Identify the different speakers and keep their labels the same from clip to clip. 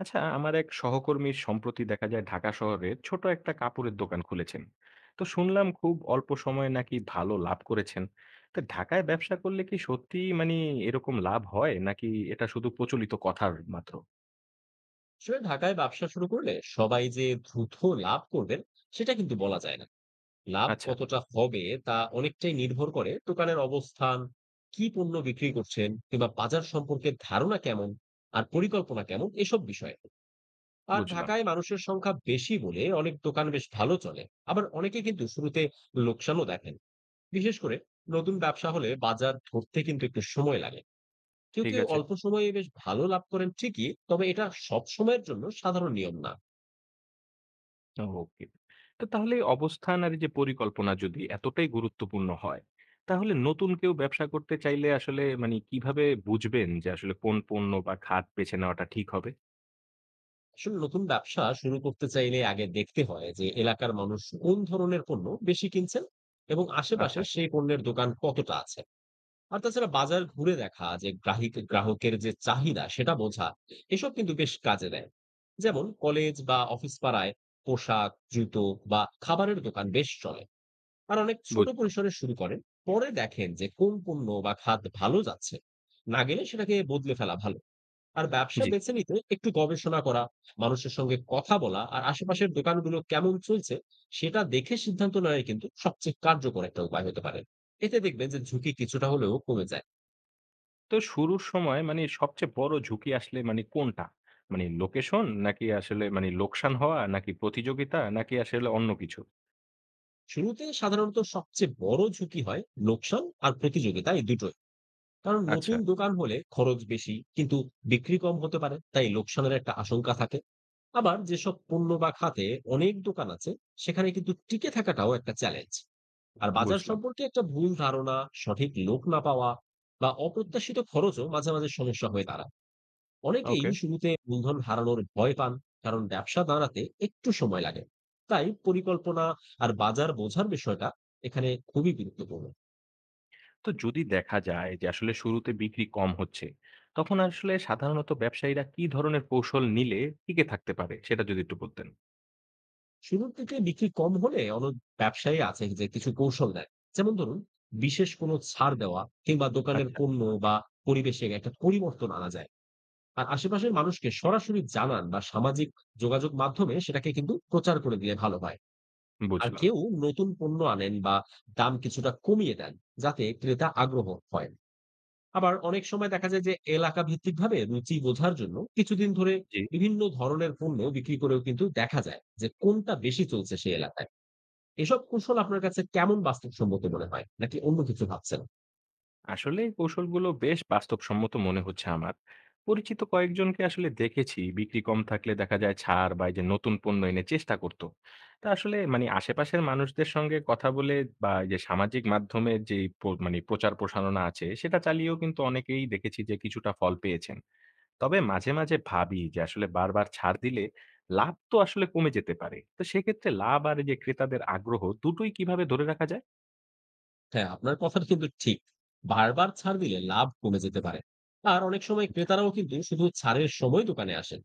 Speaker 1: আচ্ছা, আমার এক সহকর্মী সম্প্রতি দেখা যায় ঢাকা শহরে ছোট একটা কাপড়ের দোকান খুলেছেন। তো শুনলাম খুব অল্প সময়ে নাকি ভালো লাভ করেছেন। তো ঢাকায় ব্যবসা করলে কি সত্যি মানে এরকম লাভ হয় নাকি এটা শুধু প্রচলিত কথার মাত্র?
Speaker 2: আসলে ঢাকায় ব্যবসা শুরু করলে সবাই যে দ্রুত লাভ করবেন সেটা কিন্তু বলা যায় না। লাভ
Speaker 1: আচ্ছা।
Speaker 2: কতটা হবে তা অনেকটাই নির্ভর করে দোকানের অবস্থান, কি পণ্য বিক্রি করছেন কিংবা বাজার সম্পর্কে ধারণা কেমন আর পরিকল্পনা কেমন এসব বিষয়ে। আর
Speaker 1: বুঝলাম।
Speaker 2: ঢাকায় মানুষের সংখ্যা বেশি বলে অনেক দোকান বেশ ভালো চলে। আবার অনেকে কিন্তু শুরুতে লোকসানও দেখেন, বিশেষ করে নতুন ব্যবসা হলে বাজার ধরতে কিন্তু একটু সময় লাগে। কেউ
Speaker 1: ঠিক
Speaker 2: কেউ
Speaker 1: আছে।
Speaker 2: অল্প সময়ে বেশ ভালো লাভ করেন ঠিকই, তবে এটা সব সময়ের জন্য সাধারণ নিয়ম না।
Speaker 1: ওকে। তো তাহলে এই অবস্থান আর এই যে পরিকল্পনা যদি এতটাই গুরুত্বপূর্ণ হয়, তাহলে নতুন কেউ ব্যবসা করতে চাইলে আসলে মানে কিভাবে বুঝবেন যে আসলে কোন পণ্য বা খাত বেছে নেওয়াটা ঠিক হবে?
Speaker 2: আসলে নতুন ব্যবসা শুরু করতে চাইলে আগে দেখতে হয় যে এলাকার মানুষ কোন ধরনের পণ্য বেশি কিনছেন এবং আশেপাশে
Speaker 1: আচ্ছা।
Speaker 2: সেই পণ্যের দোকান কতটা আছে। আর তাছাড়া বাজার ঘুরে দেখা, যে গ্রাহকের যে চাহিদা সেটা বোঝা, এসব কিন্তু বেশ কাজে দেয়। যেমন কলেজ বা অফিস পাড়ায় পোশাক, জুতো বা খাবারের দোকান বেশ চলে। আর অনেক ছোট
Speaker 1: বুঝলাম।
Speaker 2: পরিসরে শুরু করেন, পরে দেখেন যে কোন পণ্য বা খাত ভালো যাচ্ছে। না গেলে সেটাকে বদলে ফেলা ভালো। আর ব্যবসা
Speaker 1: জি।
Speaker 2: বেছে নিতে একটু গবেষণা করা, মানুষের সঙ্গে কথা বলা আর আশেপাশের দোকানগুলো কেমন চলছে সেটা দেখে সিদ্ধান্ত নেওয়াই কিন্তু সবচেয়ে কার্যকর একটা উপায় হতে পারে। এতে দেখবেন যে ঝুঁকি কিছুটা হলেও কমে যায়।
Speaker 1: তো শুরুর সময় মানে সবচেয়ে বড় ঝুঁকি আসলে মানে কোনটা? মানে লোকেশন নাকি আসলে মানে লোকসান হওয়া নাকি প্রতিযোগিতা নাকি আসলে অন্য কিছু?
Speaker 2: শুরুতে সাধারণত সবচেয়ে বড় ঝুঁকি হয় লোকসান আর প্রতিযোগিতা, এই দুটোই। কারণ
Speaker 1: আচ্ছা,
Speaker 2: নতুন দোকান হলে খরচ বেশি কিন্তু বিক্রি কম হতে পারে, তাই লোকসানের একটা আশঙ্কা থাকে। আবার যেসব পণ্য বা খাতে অনেক দোকান আছে সেখানে কিন্তু টিকে থাকাটাও একটা চ্যালেঞ্জ। আর বাজার
Speaker 1: বুঝলাম।
Speaker 2: সম্পর্কে একটা ভুল ধারণা, সঠিক লোক না পাওয়া বা অপ্রত্যাশিত খরচও মাঝে মাঝে সমস্যা হয়ে দাঁড়ায়। অনেকেই
Speaker 1: ওকে।
Speaker 2: শুরুতে মূলধন হারানোর ভয় পান, কারণ ব্যবসা দাঁড়াতে একটু সময় লাগে। তাই পরিকল্পনা আর বাজার বোঝার বিষয়টা এখানে খুবই গুরুত্বপূর্ণ।
Speaker 1: তো যদি দেখা যায় যে আসলে শুরুতে বিক্রি কম হচ্ছে, তখন আসলে সাধারণত ব্যবসায়ীরা কি ধরনের কৌশল নিলে টিকে থাকতে পারে সেটা যদি একটু বলতেন?
Speaker 2: শুরুর থেকে বিক্রি কম হলে অনেক ব্যবসায়ী আছে যে কিছু কৌশল দেয়। যেমন ধরুন বিশেষ কোনো ছাড় দেওয়া কিংবা দোকানের
Speaker 1: আচ্ছা,
Speaker 2: পণ্য বা পরিবেশে একটা পরিবর্তন আনা যায়। আর আশেপাশের মানুষকে সরাসরি জানান বা সামাজিক যোগাযোগ মাধ্যমে সেটাকে কিন্তু প্রচার করে দিলে ভালো হয়। আর
Speaker 1: বুঝলাম।
Speaker 2: কেউ নতুন পণ্য আনেন বা দাম কিছুটা কমিয়ে দেন, যাতে ক্রেতা আগ্রহ হয়। আবার অনেক সময় দেখা যায় যে এলাকা ভিত্তিকভাবে রুচি বোঝার জন্য কিছুদিন ধরে
Speaker 1: জি।
Speaker 2: বিভিন্ন ধরনের পণ্য বিক্রি করেও কিন্তু দেখা যায় যে কোনটা বেশি চলছে সেই এলাকায়। এসব কৌশল আপনার কাছে কেমন বাস্তবসম্মত মনে হয়? নাকি অন্য কিছু ভাবছেন?
Speaker 1: আসলে এই কৌশলগুলো বেশ বাস্তবসম্মত মনে হচ্ছে আমার। পরিচিত কয়েকজনকে আসলে দেখেছি বিক্রি কম থাকলে দেখা যায় ছাড় বা এই যে নতুন পণ্য এনে চেষ্টা করতো। তা আসলে মানে আশেপাশের মানুষদের সঙ্গে কথা বলে বা এই যে সামাজিক মাধ্যমে যেই প মানে প্রচার প্রসারণা আছে সেটা চালিয়েও কিন্তু অনেকেই দেখেছি যে কিছুটা ফল পেয়েছেন। তবে মাঝে, মাঝে ভাবি যে আসলে বারবার ছাড় দিলে লাভ তো আসলে কমে যেতে পারে। তো সেক্ষেত্রে লাভ আর এই যে ক্রেতাদের আগ্রহ দুটোই কিভাবে ধরে রাখা যায়?
Speaker 2: হ্যাঁ, আপনার কথাটা কিন্তু ঠিক। বারবার ছাড় দিলে লাভ কমে যেতে পারে। আর অনেক সময়
Speaker 1: আচ্ছা।
Speaker 2: ক্রেতারাও কিন্তু শুধু ছাড়ের সময় দোকানে আসেন।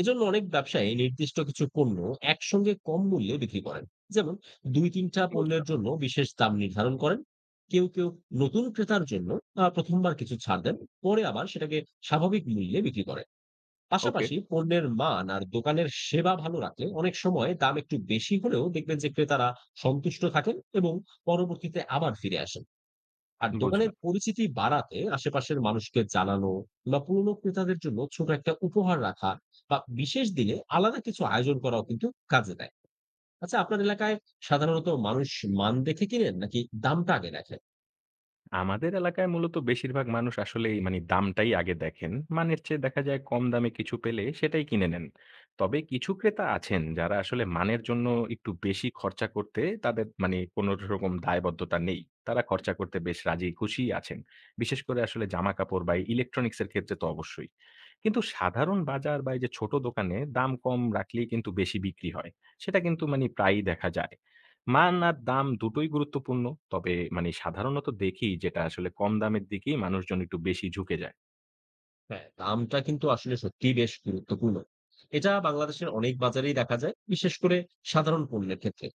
Speaker 2: এজন্য অনেক ব্যবসায়ী নির্দিষ্ট কিছু পণ্য একসঙ্গে কম মূল্যে বিক্রি করেন। যেমন ২-৩ টা পণ্যের
Speaker 1: বুঝলাম।
Speaker 2: জন্য বিশেষ দাম নির্ধারণ করেন। কেউ কেউ নতুন ক্রেতার জন্য ১ম বার কিছু ছাড় দেন। পরে আবার সেটাকে স্বাভাবিক মূল্যে বিক্রি করে।
Speaker 1: ওকে,
Speaker 2: পাশাপাশি পণ্যের মান আর দোকানের সেবা ভালো রাখলে অনেক সময় দাম একটু বেশি হলেও দেখবেন যে ক্রেতারা সন্তুষ্ট থাকেন এবং পরবর্তীতে আবার ফিরে আসেন। আর দোকানের
Speaker 1: বুঝলাম।
Speaker 2: পরিচিতি বাড়াতে আশেপাশের মানুষকে জানানো বা পুরনো ক্রেতাদের জন্য ছোট একটা উপহার রাখা বা বিশেষ দিনে আলাদা কিছু আয়োজন করাও কিন্তু কাজে দেয়। আচ্ছা, আপনার এলাকায় সাধারণত মানুষ মান দেখে কিনেন নাকি দামটা আগে দেখেন?
Speaker 1: আমাদের এলাকায় মূলত বেশিরভাগ মানুষ আসলে এই মানে দামটাই আগে দেখেন, মানের চেয়ে দেখা যায় কম দামে কিছু পেলে সেটাই কিনে নেন। তবে কিছু ক্রেতা আছেন যারা আসলে মানের জন্য একটু বেশি খরচা করতে তাদের মানে কোনো রকম দায়বদ্ধতা নেই, তারা খরচা করতে বেশ রাজি খুশি আছেন। বিশেষ করে আসলে জামা কাপড় বা ইলেকট্রনিক্সের ক্ষেত্রে তো অবশ্যই। কিন্তু সাধারণ বাজার বা এই যে ছোট দোকানে দাম কম রাখলেই কিন্তু বেশি বিক্রি হয়। সেটা কিন্তু মানি প্রায়ই দেখা যায়। মান আর দাম দুটোই গুরুত্বপূর্ণ। তবে মানে সাধারণত দেখি যেটা আসলে কম দামের দিকেই মানুষজন একটু বেশি ঝুঁকে যায়।
Speaker 2: হ্যাঁ, দামটা কিন্তু আসলে সত্যিই বেশ গুরুত্বপূর্ণ। এটা বাংলাদেশের অনেক বাজারেই দেখা যায়, বিশেষ করে সাধারণ পণ্যের ক্ষেত্রে।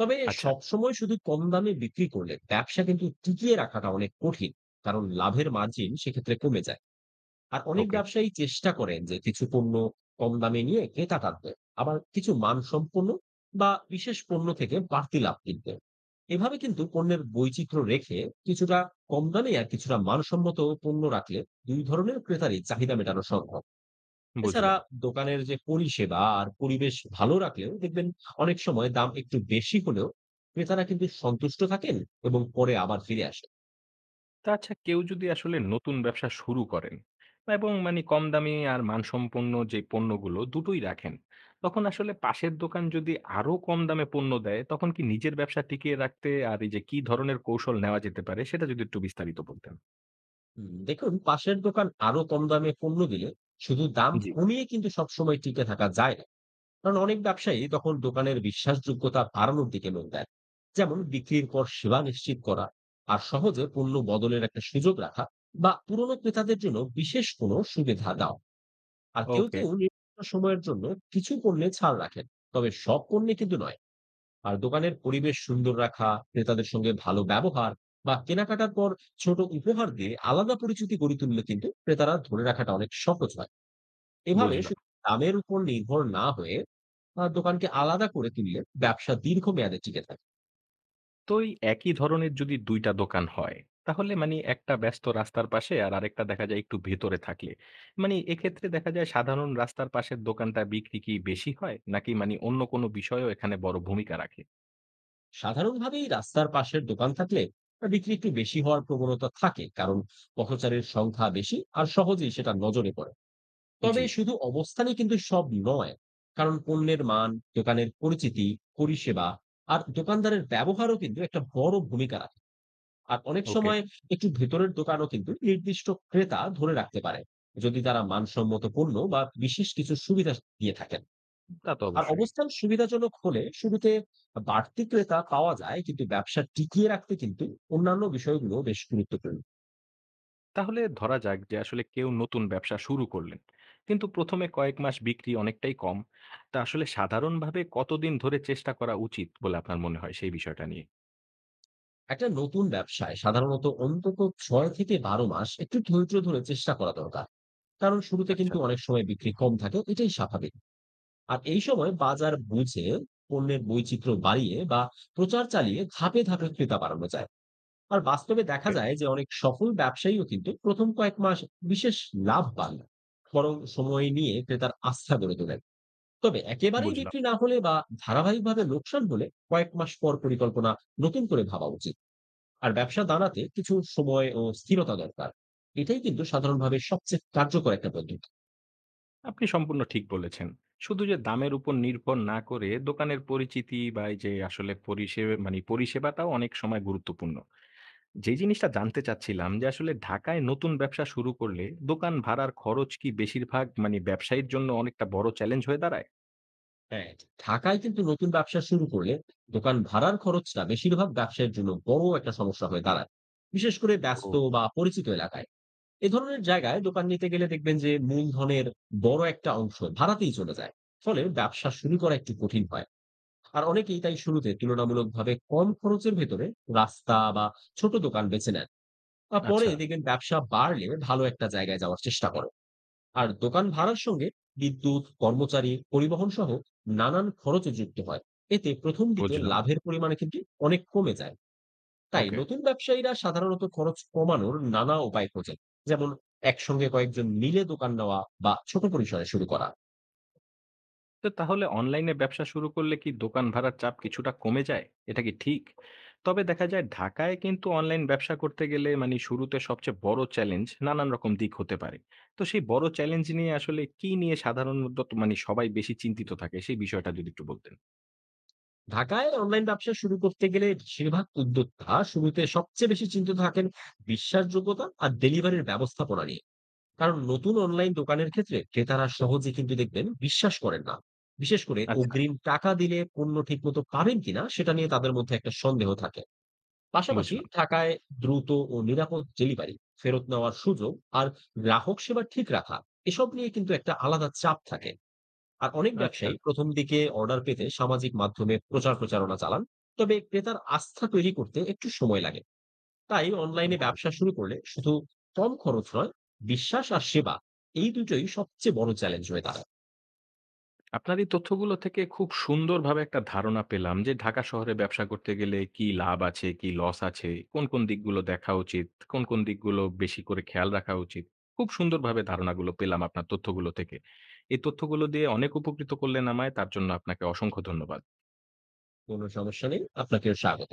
Speaker 2: তবে
Speaker 1: আচ্ছা,
Speaker 2: সবসময় শুধু কম দামে বিক্রি করলে ব্যবসা কিন্তু টিকিয়ে রাখাটা অনেক কঠিন, কারণ লাভের মার্জিন সেক্ষেত্রে কমে যায়। আর অনেক
Speaker 1: ওকে,
Speaker 2: ব্যবসায়ী চেষ্টা করেন যে কিছু পণ্য কম দামে নিয়ে ক্রেতা টানতে, আবার কিছু মানসম্পন্ন বা বিশেষ পণ্য থেকে বাড়তি লাভ কিনতে। এভাবে কিন্তু পণ্যের বৈচিত্র্য রেখে কিছুটা কম দামে আর কিছুটা মানসম্মত পণ্য রাখলে দুই ধরনের ক্রেতারই চাহিদা মেটানো সম্ভব। এছাড়া
Speaker 1: বুঝলাম।
Speaker 2: দোকানের যে পরিষেবা আর পরিবেশ ভালো রাখলেও দেখবেন অনেক সময় দাম একটু বেশি হলেও ক্রেতারা কিন্তু সন্তুষ্ট থাকেন এবং পরে আবার ফিরে আসেন।
Speaker 1: তা আচ্ছা, কেউ যদি আসলে নতুন ব্যবসা শুরু করেন এবং মানে কম দামি আর মানসম্পন্ন যে পণ্যগুলো দুটোই রাখেন, তখন আসলে পাশের দোকান যদি আরো কম দামে পণ্য দেয়, তখন কি নিজের ব্যবসা টিকিয়ে রাখতে আর এই যে কি ধরনের কৌশল নেওয়া যেতে পারে সেটা যদি একটু বিস্তারিত বলতেন।
Speaker 2: হুম, দেখুন, পাশের দোকান আরো কম দামে পণ্য দিলে শুধু দাম
Speaker 1: জি।
Speaker 2: কমিয়ে কিন্তু সবসময় টিকে থাকা যায় না। কারণ অনেক ব্যবসায়ী তখন দোকানের বিশ্বাসযোগ্যতা বাড়ানোর দিকে লোক দেন। যেমন বিক্রির পর সেবা নিশ্চিত করা আর সহজে পণ্য বদলের একটা সুযোগ রাখা বা পুরনো ক্রেতাদের জন্য বিশেষ কোনো সুবিধা দেওয়া। আর কেউ
Speaker 1: ওকে।
Speaker 2: কেউ নির্দিষ্ট সময়ের জন্য কিছু পণ্যে ছাড় রাখেন, তবে সব পণ্যে কিন্তু নয়। আর দোকানের পরিবেশ সুন্দর রাখা, ক্রেতাদের সঙ্গে ভালো ব্যবহার বা কেনাকাটার পর ছোট উপহার দিয়ে আলাদা পরিচিতি গড়ে তুললে কিন্তু ক্রেতারা ধরে রাখাটা অনেক সহজ হয়। এভাবে
Speaker 1: বুঝলাম।
Speaker 2: শুধু দামের উপর নির্ভর না হয়ে দোকানকে আলাদা করে তুললে ব্যবসা দীর্ঘমেয়াদে টিকে থাকে।
Speaker 1: তো এই একই ধরনের যদি ২ টা দোকান হয়, তাহলে মানে একটা ব্যস্ত রাস্তার পাশে আর আরেকটা দেখা যায় একটু ভেতরে থাকলে। মানে এক্ষেত্রে দেখা যায় সাধারণ রাস্তার পাশের দোকানটা বিক্রি কি বেশি হয়? নাকি মানে অন্য কোনো বিষয়ও এখানে বড় ভূমিকা রাখে?
Speaker 2: সাধারণভাবেই রাস্তার পাশের দোকান থাকলে বিক্রি একটু বেশি হওয়ার প্রবণতা থাকে। কারণ পথচারীর সংখ্যা বেশি আর সহজেই সেটা নজরে পড়ে।
Speaker 1: জি।
Speaker 2: তবে শুধু অবস্থানই কিন্তু সব নয়। কারণ পণ্যের মান, দোকানের পরিচিতি, পরিষেবা আর দোকানদারের ব্যবহারও কিন্তু একটা বড় ভূমিকা রাখে। আর অনেক
Speaker 1: ওকে।
Speaker 2: সময় একটু ভেতরের দোকানও কিন্তু নির্দিষ্ট ক্রেতা ধরে রাখতে পারে, যদি তারা মানসম্মত পণ্য বা বিশেষ কিছু সুবিধা দিয়ে থাকেন।
Speaker 1: তা তো
Speaker 2: আর
Speaker 1: অবশ্যই।
Speaker 2: অবস্থান সুবিধাজনক হলে শুরুতে বাড়তি ক্রেতা পাওয়া যায়, কিন্তু ব্যবসা টিকিয়ে রাখতে কিন্তু অন্যান্য বিষয়গুলো বেশ গুরুত্বপূর্ণ।
Speaker 1: তাহলে ধরা যাক যে আসলে কেউ নতুন ব্যবসা শুরু করলেন, কিন্তু ১ম এ কয়েক মাস বিক্রি অনেকটাই কম। তা আসলে সাধারণভাবে কতদিন ধরে চেষ্টা করা উচিত বলে আপনার মনে হয় সেই বিষয়টা নিয়ে?
Speaker 2: একটা নতুন ব্যবসায় সাধারণত অন্তত ৬ থেকে ১২ মাস একটু ধৈর্য ধরে চেষ্টা করা দরকার। কারণ শুরুতে
Speaker 1: আচ্ছা,
Speaker 2: কিন্তু অনেক সময় বিক্রি কম থাকে, এটাই স্বাভাবিক। আর এই সময় বাজার বুঝে, পণ্যের বৈচিত্র্য বাড়িয়ে বা প্রচার চালিয়ে ধাপে ধাপে ক্রেতা বাড়ানো যায়। আর বাস্তবে দেখা
Speaker 1: ওকে।
Speaker 2: যায় যে অনেক সফল ব্যবসায়ীও কিন্তু ১ম কয়েক মাস বিশেষ লাভ পান না। বরং সময় নিয়ে ক্রেতার আস্থা গড়ে তোলেন। তবে একেবারেই
Speaker 1: বুঝলাম।
Speaker 2: বিক্রি না হলে বা ধারাবাহিকভাবে লোকসান হলে কয়েক মাস পর পরিকল্পনা নতুন করে ভাবা উচিত। আর ব্যবসা দাঁড়াতে কিছু সময় ও স্থিরতা দরকার। এটাই কিন্তু সাধারণভাবে সবচেয়ে কার্যকর একটা পদ্ধতি।
Speaker 1: আপনি সম্পূর্ণ ঠিক বলেছেন। শুধু যে দামের উপর নির্ভর না করে দোকানের পরিচিতি বা এই যে আসলে পরিষেবা মানে পরিষেবাটাও অনেক সময় গুরুত্বপূর্ণ। যে জিনিসটা জানতে চাচ্ছিলাম যে আসলে ঢাকায় নতুন ব্যবসা শুরু করলে দোকান ভাড়ার খরচ কি বেশিরভাগ মানে ব্যবসায়ীর জন্য অনেকটা বড় চ্যালেঞ্জ হয়ে দাঁড়ায়?
Speaker 2: হ্যাঁ, ঢাকায় কিন্তু নতুন ব্যবসা শুরু করলে দোকান ভাড়ার খরচটা বেশিরভাগ ব্যবসায়ের জন্য বড় একটা সমস্যা হয়ে দাঁড়ায়, বিশেষ করে
Speaker 1: ও
Speaker 2: ব্যস্ত বা পরিচিত এলাকায়। এ ধরনের জায়গায় দোকান নিতে গেলে দেখবেন যে মূলধনের বড় একটা অংশ ভাড়াতেই চলে যায়। ফলে ব্যবসা শুরু করা একটু কঠিন হয়। আর অনেকেই তাই শুরুতে তুলনামূলকভাবে কম খরচের ভেতরে রাস্তা বা ছোট দোকান বেছে নেন। আর পরে
Speaker 1: আচ্ছা।
Speaker 2: দেখবেন ব্যবসা বাড়লে ভালো একটা জায়গায় যাওয়ার চেষ্টা করে। আর দোকান ভাড়ার সঙ্গে বিদ্যুৎ, কর্মচারী, পরিবহন সহ নানান খরচে যুক্ত হয়। এতে প্রথম দিকে
Speaker 1: বুঝলাম।
Speaker 2: লাভের পরিমাণে কিন্তু অনেক কমে যায়। তাই
Speaker 1: ওকে।
Speaker 2: নতুন ব্যবসায়ীরা সাধারণত খরচ কমানোর নানা উপায় খোঁজেন। যেমন একসঙ্গে কয়েকজন মিলে দোকান নেওয়া বা ছোট পরিসরে শুরু করা।
Speaker 1: তো তাহলে অনলাইনে ব্যবসা শুরু করলে কি দোকান ভাড়ার চাপ কিছুটা কমে যায়, এটা কি ঠিক? তবে দেখা যায় ঢাকায় কিন্তু অনলাইন ব্যবসা করতে গেলে মানে শুরুতে সবচেয়ে বড় চ্যালেঞ্জ নানান রকম দিক হতে পারে। তো সেই বড় চ্যালেঞ্জ নিয়ে আসলে কি নিয়ে সাধারণত মানে সবাই বেশি চিন্তিত থাকে সেই বিষয়টা যদি একটু বলতেন।
Speaker 2: ঢাকায় অনলাইন ব্যবসা শুরু করতে গেলে বেশিরভাগ উদ্যোক্তা শুরুতে সবচেয়ে বেশি চিন্তিত থাকেন বিশ্বাসযোগ্যতা আর ডেলিভারির ব্যবস্থাপনা নিয়ে। কারণ নতুন অনলাইন দোকানের ক্ষেত্রে ক্রেতারা সহজে কিন্তু দেখবেন বিশ্বাস করেন না। বিশেষ করে
Speaker 1: আচ্ছা।
Speaker 2: অগ্রিম টাকা দিলে পণ্য ঠিকমতো পাবেন কিনা সেটা নিয়ে তাদের মধ্যে একটা সন্দেহ থাকে। পাশাপাশি
Speaker 1: বুঝলাম।
Speaker 2: ঢাকায় দ্রুত ও নিরাপদ ডেলিভারি, ফেরত নেওয়ার সুযোগ আর গ্রাহক সেবা ঠিক রাখা, এসব নিয়ে কিন্তু একটা আলাদা চাপ থাকে। আর অনেক
Speaker 1: আচ্ছা,
Speaker 2: ব্যবসায়ী প্রথম দিকে অর্ডার পেতে সামাজিক মাধ্যমে প্রচারণা চালান। তবে ক্রেতার আস্থা তৈরি করতে একটু সময় লাগে। তাই অনলাইনে ব্যবসা শুরু করলে শুধু কম খরচ নয়, বিশ্বাস আর সেবা, এই দুটোই সবচেয়ে বড় চ্যালেঞ্জ হয়ে দাঁড়ায়।
Speaker 1: আপনার এই তথ্যগুলো থেকে খুব সুন্দরভাবে একটা ধারণা পেলাম যে ঢাকা শহরে ব্যবসা করতে গেলে কি লাভ আছে, কি লস আছে, কোন, কোন দিকগুলো দেখা উচিত, কোন, কোন দিকগুলো বেশি করে খেয়াল রাখা উচিত। খুব সুন্দরভাবে ধারণাগুলো পেলাম আপনার তথ্যগুলো থেকে। এই তথ্যগুলো দিয়ে অনেক উপকৃত করলেন আমায়। তার জন্য আপনাকে অসংখ্য ধন্যবাদ।
Speaker 2: কোনো সমস্যা নেই, আপনাকেও স্বাগত।